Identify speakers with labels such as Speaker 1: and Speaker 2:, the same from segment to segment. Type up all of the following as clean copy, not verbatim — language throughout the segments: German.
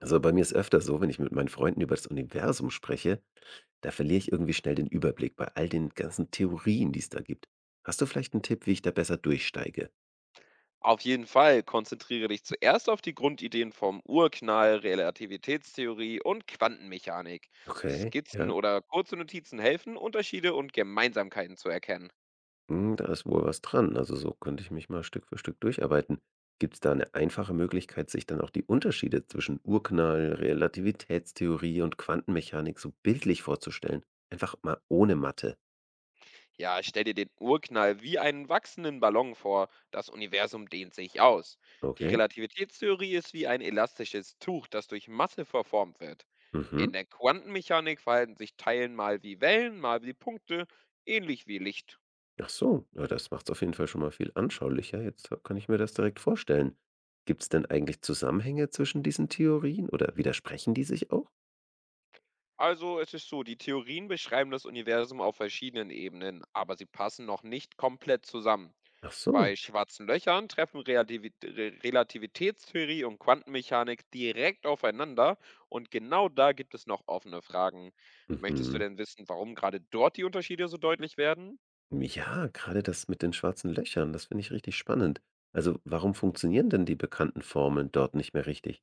Speaker 1: Also bei mir ist öfter so, wenn ich mit meinen Freunden über das Universum spreche, da verliere ich irgendwie schnell den Überblick bei all den ganzen Theorien, die es da gibt. Hast du vielleicht einen Tipp, wie ich da besser durchsteige?
Speaker 2: Auf jeden Fall konzentriere dich zuerst auf die Grundideen vom Urknall, Relativitätstheorie und Quantenmechanik.
Speaker 1: Okay,
Speaker 2: Skizzen
Speaker 1: ja.
Speaker 2: oder kurze Notizen helfen, Unterschiede und Gemeinsamkeiten zu erkennen.
Speaker 1: Hm, da ist wohl was dran. Also so könnte ich mich mal Stück für Stück durcharbeiten. Gibt es da eine einfache Möglichkeit, sich dann auch die Unterschiede zwischen Urknall, Relativitätstheorie und Quantenmechanik so bildlich vorzustellen? Einfach mal ohne Mathe.
Speaker 2: Ja, stell dir den Urknall wie einen wachsenden Ballon vor. Das Universum dehnt sich aus. Die
Speaker 1: Okay.
Speaker 2: Relativitätstheorie ist wie ein elastisches Tuch, das durch Masse verformt wird. In
Speaker 1: Mhm.
Speaker 2: der Quantenmechanik verhalten sich Teilen mal wie Wellen, mal wie Punkte, ähnlich wie Licht.
Speaker 1: Ach so, ja, das macht es auf jeden Fall schon mal viel anschaulicher. Jetzt kann ich mir das direkt vorstellen. Gibt es denn eigentlich Zusammenhänge zwischen diesen Theorien oder widersprechen die sich auch?
Speaker 2: Also es ist so, die Theorien beschreiben das Universum auf verschiedenen Ebenen, aber sie passen noch nicht komplett zusammen.
Speaker 1: Ach
Speaker 2: Bei
Speaker 1: so,
Speaker 2: schwarzen Löchern treffen Relativitätstheorie und Quantenmechanik direkt aufeinander und genau da gibt es noch offene Fragen. Möchtest du
Speaker 1: mhm.
Speaker 2: denn wissen, warum gerade dort die Unterschiede so deutlich werden?
Speaker 1: Ja, gerade das mit den schwarzen Löchern, das finde ich richtig spannend. Also, warum funktionieren denn die bekannten Formeln dort nicht mehr richtig?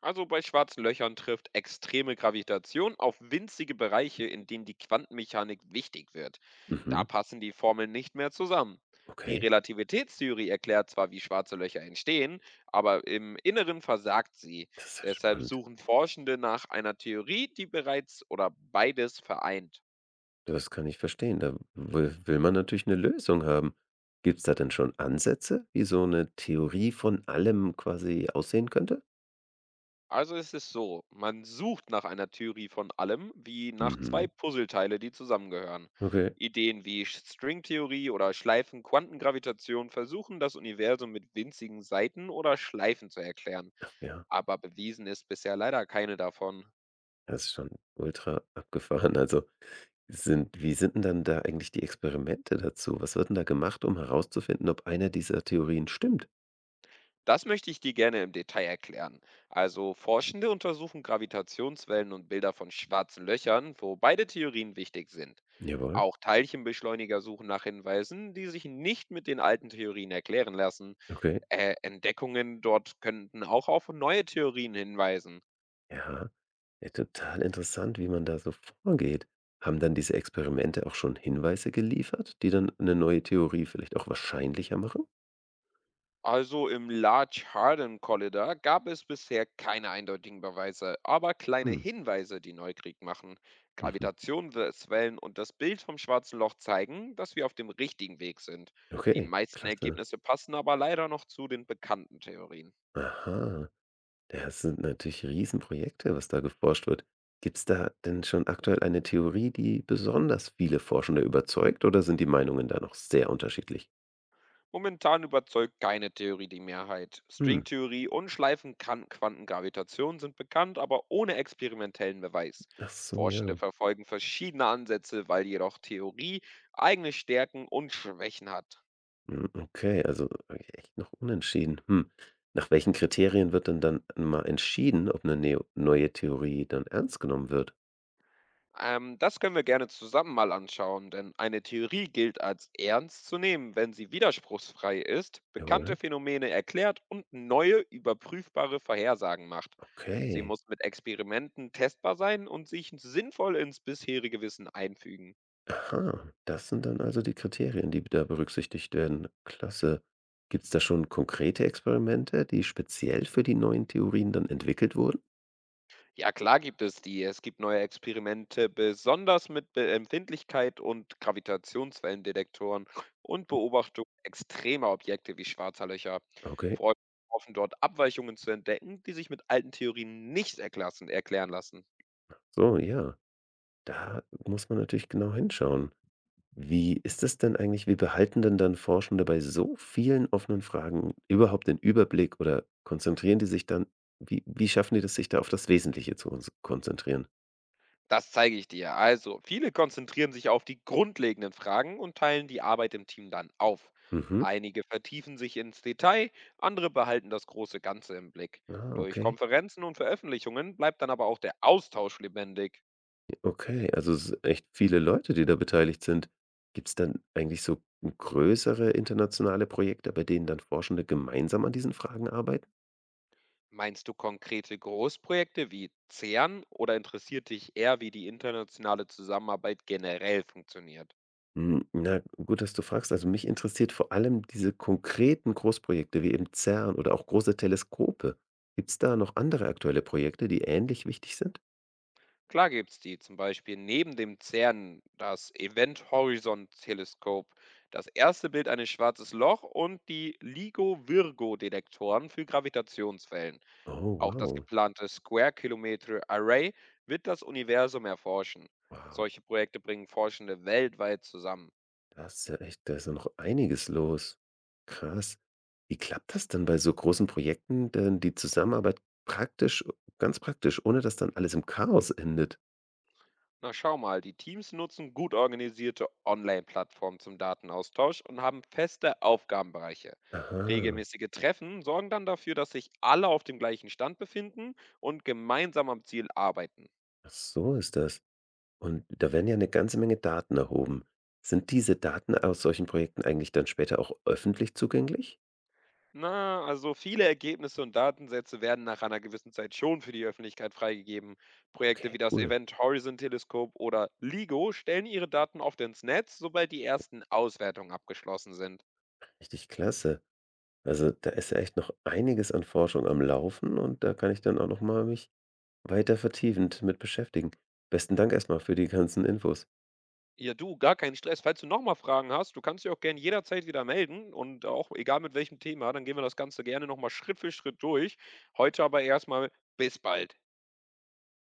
Speaker 2: Also bei schwarzen Löchern trifft extreme Gravitation auf winzige Bereiche, in denen die Quantenmechanik wichtig wird. Da
Speaker 1: Mhm,
Speaker 2: passen die Formeln nicht mehr zusammen. Die
Speaker 1: okay,
Speaker 2: Relativitätstheorie erklärt zwar, wie schwarze Löcher entstehen, aber im Inneren versagt sie.
Speaker 1: das ist ja
Speaker 2: Deshalb
Speaker 1: spannend.
Speaker 2: suchen Forschende nach einer Theorie, die bereits oder beides vereint.
Speaker 1: Das kann ich verstehen. Da will man natürlich eine Lösung haben. Gibt es da denn schon Ansätze, wie so eine Theorie von allem quasi aussehen könnte?
Speaker 2: Also es ist so, man sucht nach einer Theorie von allem, wie nach zwei
Speaker 1: Mhm.
Speaker 2: Puzzleteile, die zusammengehören.
Speaker 1: Okay.
Speaker 2: Ideen wie Stringtheorie oder Schleifen-Quantengravitation versuchen das Universum mit winzigen Seiten oder Schleifen zu erklären,
Speaker 1: Ach ja,
Speaker 2: aber bewiesen ist bisher leider keine davon.
Speaker 1: das ist schon ultra abgefahren. Also, sind denn dann da eigentlich die Experimente dazu? Was wird denn da gemacht, um herauszufinden, ob eine dieser Theorien stimmt?
Speaker 2: Das möchte ich dir gerne im Detail erklären. Also Forschende untersuchen Gravitationswellen und Bilder von schwarzen Löchern, wo beide Theorien wichtig sind.
Speaker 1: Jawohl,
Speaker 2: Auch Teilchenbeschleuniger suchen nach Hinweisen, die sich nicht mit den alten Theorien erklären lassen.
Speaker 1: okay.
Speaker 2: Entdeckungen dort könnten auch auf neue Theorien hinweisen.
Speaker 1: Ja. Ja, total interessant, wie man da so vorgeht. Haben dann diese Experimente auch schon Hinweise geliefert, die dann eine neue Theorie vielleicht auch wahrscheinlicher machen?
Speaker 2: Also im Large Hadron Collider gab es bisher keine eindeutigen Beweise, aber kleine
Speaker 1: Hm,
Speaker 2: Hinweise, die Neukrieg machen.
Speaker 1: mhm.
Speaker 2: Gravitationswellen und das Bild vom schwarzen Loch zeigen, dass wir auf dem richtigen Weg sind. Die
Speaker 1: Okay,
Speaker 2: meisten
Speaker 1: klasse.
Speaker 2: Ergebnisse passen aber leider noch zu den bekannten Theorien.
Speaker 1: Aha. Das sind natürlich Riesenprojekte, was da geforscht wird. Gibt es da denn schon aktuell eine Theorie, die besonders viele Forschende überzeugt, oder sind die Meinungen da noch sehr unterschiedlich?
Speaker 2: Momentan überzeugt keine Theorie die Mehrheit.
Speaker 1: Hm.
Speaker 2: Stringtheorie und Schleifenquantengravitation sind bekannt, aber ohne experimentellen Beweis.
Speaker 1: Ach so,
Speaker 2: Forschende
Speaker 1: ja.
Speaker 2: verfolgen verschiedene Ansätze, weil jedoch Theorie eigene Stärken und Schwächen hat.
Speaker 1: Hm, okay, echt noch unentschieden. Hm. Nach welchen Kriterien wird denn dann mal entschieden, ob eine neo neue Theorie dann ernst genommen wird?
Speaker 2: Das können wir gerne zusammen mal anschauen, denn eine Theorie gilt als ernst zu nehmen, wenn sie widerspruchsfrei ist, bekannte
Speaker 1: Jawohl.
Speaker 2: Phänomene erklärt und neue, überprüfbare Vorhersagen macht. Sie
Speaker 1: Okay.
Speaker 2: muss mit Experimenten testbar sein und sich sinnvoll ins bisherige Wissen einfügen.
Speaker 1: Aha, das sind dann also die Kriterien, die da berücksichtigt werden. Klasse. Gibt es da schon konkrete Experimente, die speziell für die neuen Theorien dann entwickelt wurden?
Speaker 2: Ja, klar gibt es die. Es gibt neue Experimente, besonders mit Be Empfindlichkeit und Gravitationswellendetektoren und Beobachtung extremer Objekte wie schwarzer Löcher.
Speaker 1: Okay.
Speaker 2: Forscher hoffen dort Abweichungen zu entdecken, die sich mit alten Theorien nicht erklären lassen.
Speaker 1: So, ja. Da muss man natürlich genau hinschauen. Wie ist das denn eigentlich, wie behalten denn dann Forschende bei so vielen offenen Fragen überhaupt den Überblick oder konzentrieren die sich dann, wie schaffen die das, sich da auf das Wesentliche zu uns konzentrieren?
Speaker 2: Das zeige ich dir. Also, viele konzentrieren sich auf die grundlegenden Fragen und teilen die Arbeit im Team dann auf.
Speaker 1: Mhm.
Speaker 2: Einige vertiefen sich ins Detail, andere behalten das große Ganze im Blick.
Speaker 1: Ah,
Speaker 2: Durch
Speaker 1: okay.
Speaker 2: Konferenzen und Veröffentlichungen bleibt dann aber auch der Austausch lebendig.
Speaker 1: Okay, also es sind echt viele Leute, die da beteiligt sind. Gibt es dann eigentlich so größere internationale Projekte, bei denen dann Forschende gemeinsam an diesen Fragen arbeiten?
Speaker 2: Meinst du konkrete Großprojekte wie CERN oder interessiert dich eher, wie die internationale Zusammenarbeit generell funktioniert?
Speaker 1: Hm, na, gut, dass du fragst. Also mich interessiert vor allem diese konkreten Großprojekte wie eben CERN oder auch große Teleskope. Gibt es da noch andere aktuelle Projekte, die ähnlich wichtig sind?
Speaker 2: Klar gibt's die, zum Beispiel neben dem CERN, das Event Horizon Teleskop, das erste Bild eines schwarzes Loch und die LIGO-Virgo-Detektoren für Gravitationswellen.
Speaker 1: Oh,
Speaker 2: Auch das
Speaker 1: wow.
Speaker 2: geplante Square Kilometer Array wird das Universum erforschen.
Speaker 1: Wow.
Speaker 2: Solche Projekte bringen Forschende weltweit zusammen.
Speaker 1: Das ist ja echt, da ist ja noch einiges los. Krass. Wie klappt das denn bei so großen Projekten denn die Zusammenarbeit praktisch ganz praktisch, ohne dass dann alles im Chaos endet?
Speaker 2: Na schau mal, die Teams nutzen gut organisierte Online-Plattformen zum Datenaustausch und haben feste Aufgabenbereiche.
Speaker 1: Aha,
Speaker 2: Regelmäßige Treffen sorgen dann dafür, dass sich alle auf dem gleichen Stand befinden und gemeinsam am Ziel arbeiten.
Speaker 1: ach so ist das. Und da werden ja eine ganze Menge Daten erhoben. Sind diese Daten aus solchen Projekten eigentlich dann später auch öffentlich zugänglich?
Speaker 2: Na, also viele Ergebnisse und Datensätze werden nach einer gewissen Zeit schon für die Öffentlichkeit freigegeben. Projekte
Speaker 1: Okay,
Speaker 2: wie das
Speaker 1: cool.
Speaker 2: Event Horizon Teleskop oder LIGO stellen ihre Daten oft ins Netz, sobald die ersten Auswertungen abgeschlossen sind.
Speaker 1: Richtig klasse. Also, da ist ja echt noch einiges an Forschung am Laufen und da kann ich dann auch noch mal mich weiter vertiefend mit beschäftigen. Besten Dank erstmal für die ganzen Infos.
Speaker 2: Ja, du, gar keinen Stress. Falls du nochmal Fragen hast, du kannst dich auch gerne jederzeit wieder melden und auch egal mit welchem Thema, dann gehen wir das Ganze gerne nochmal Schritt für Schritt durch. Heute aber erstmal bis bald.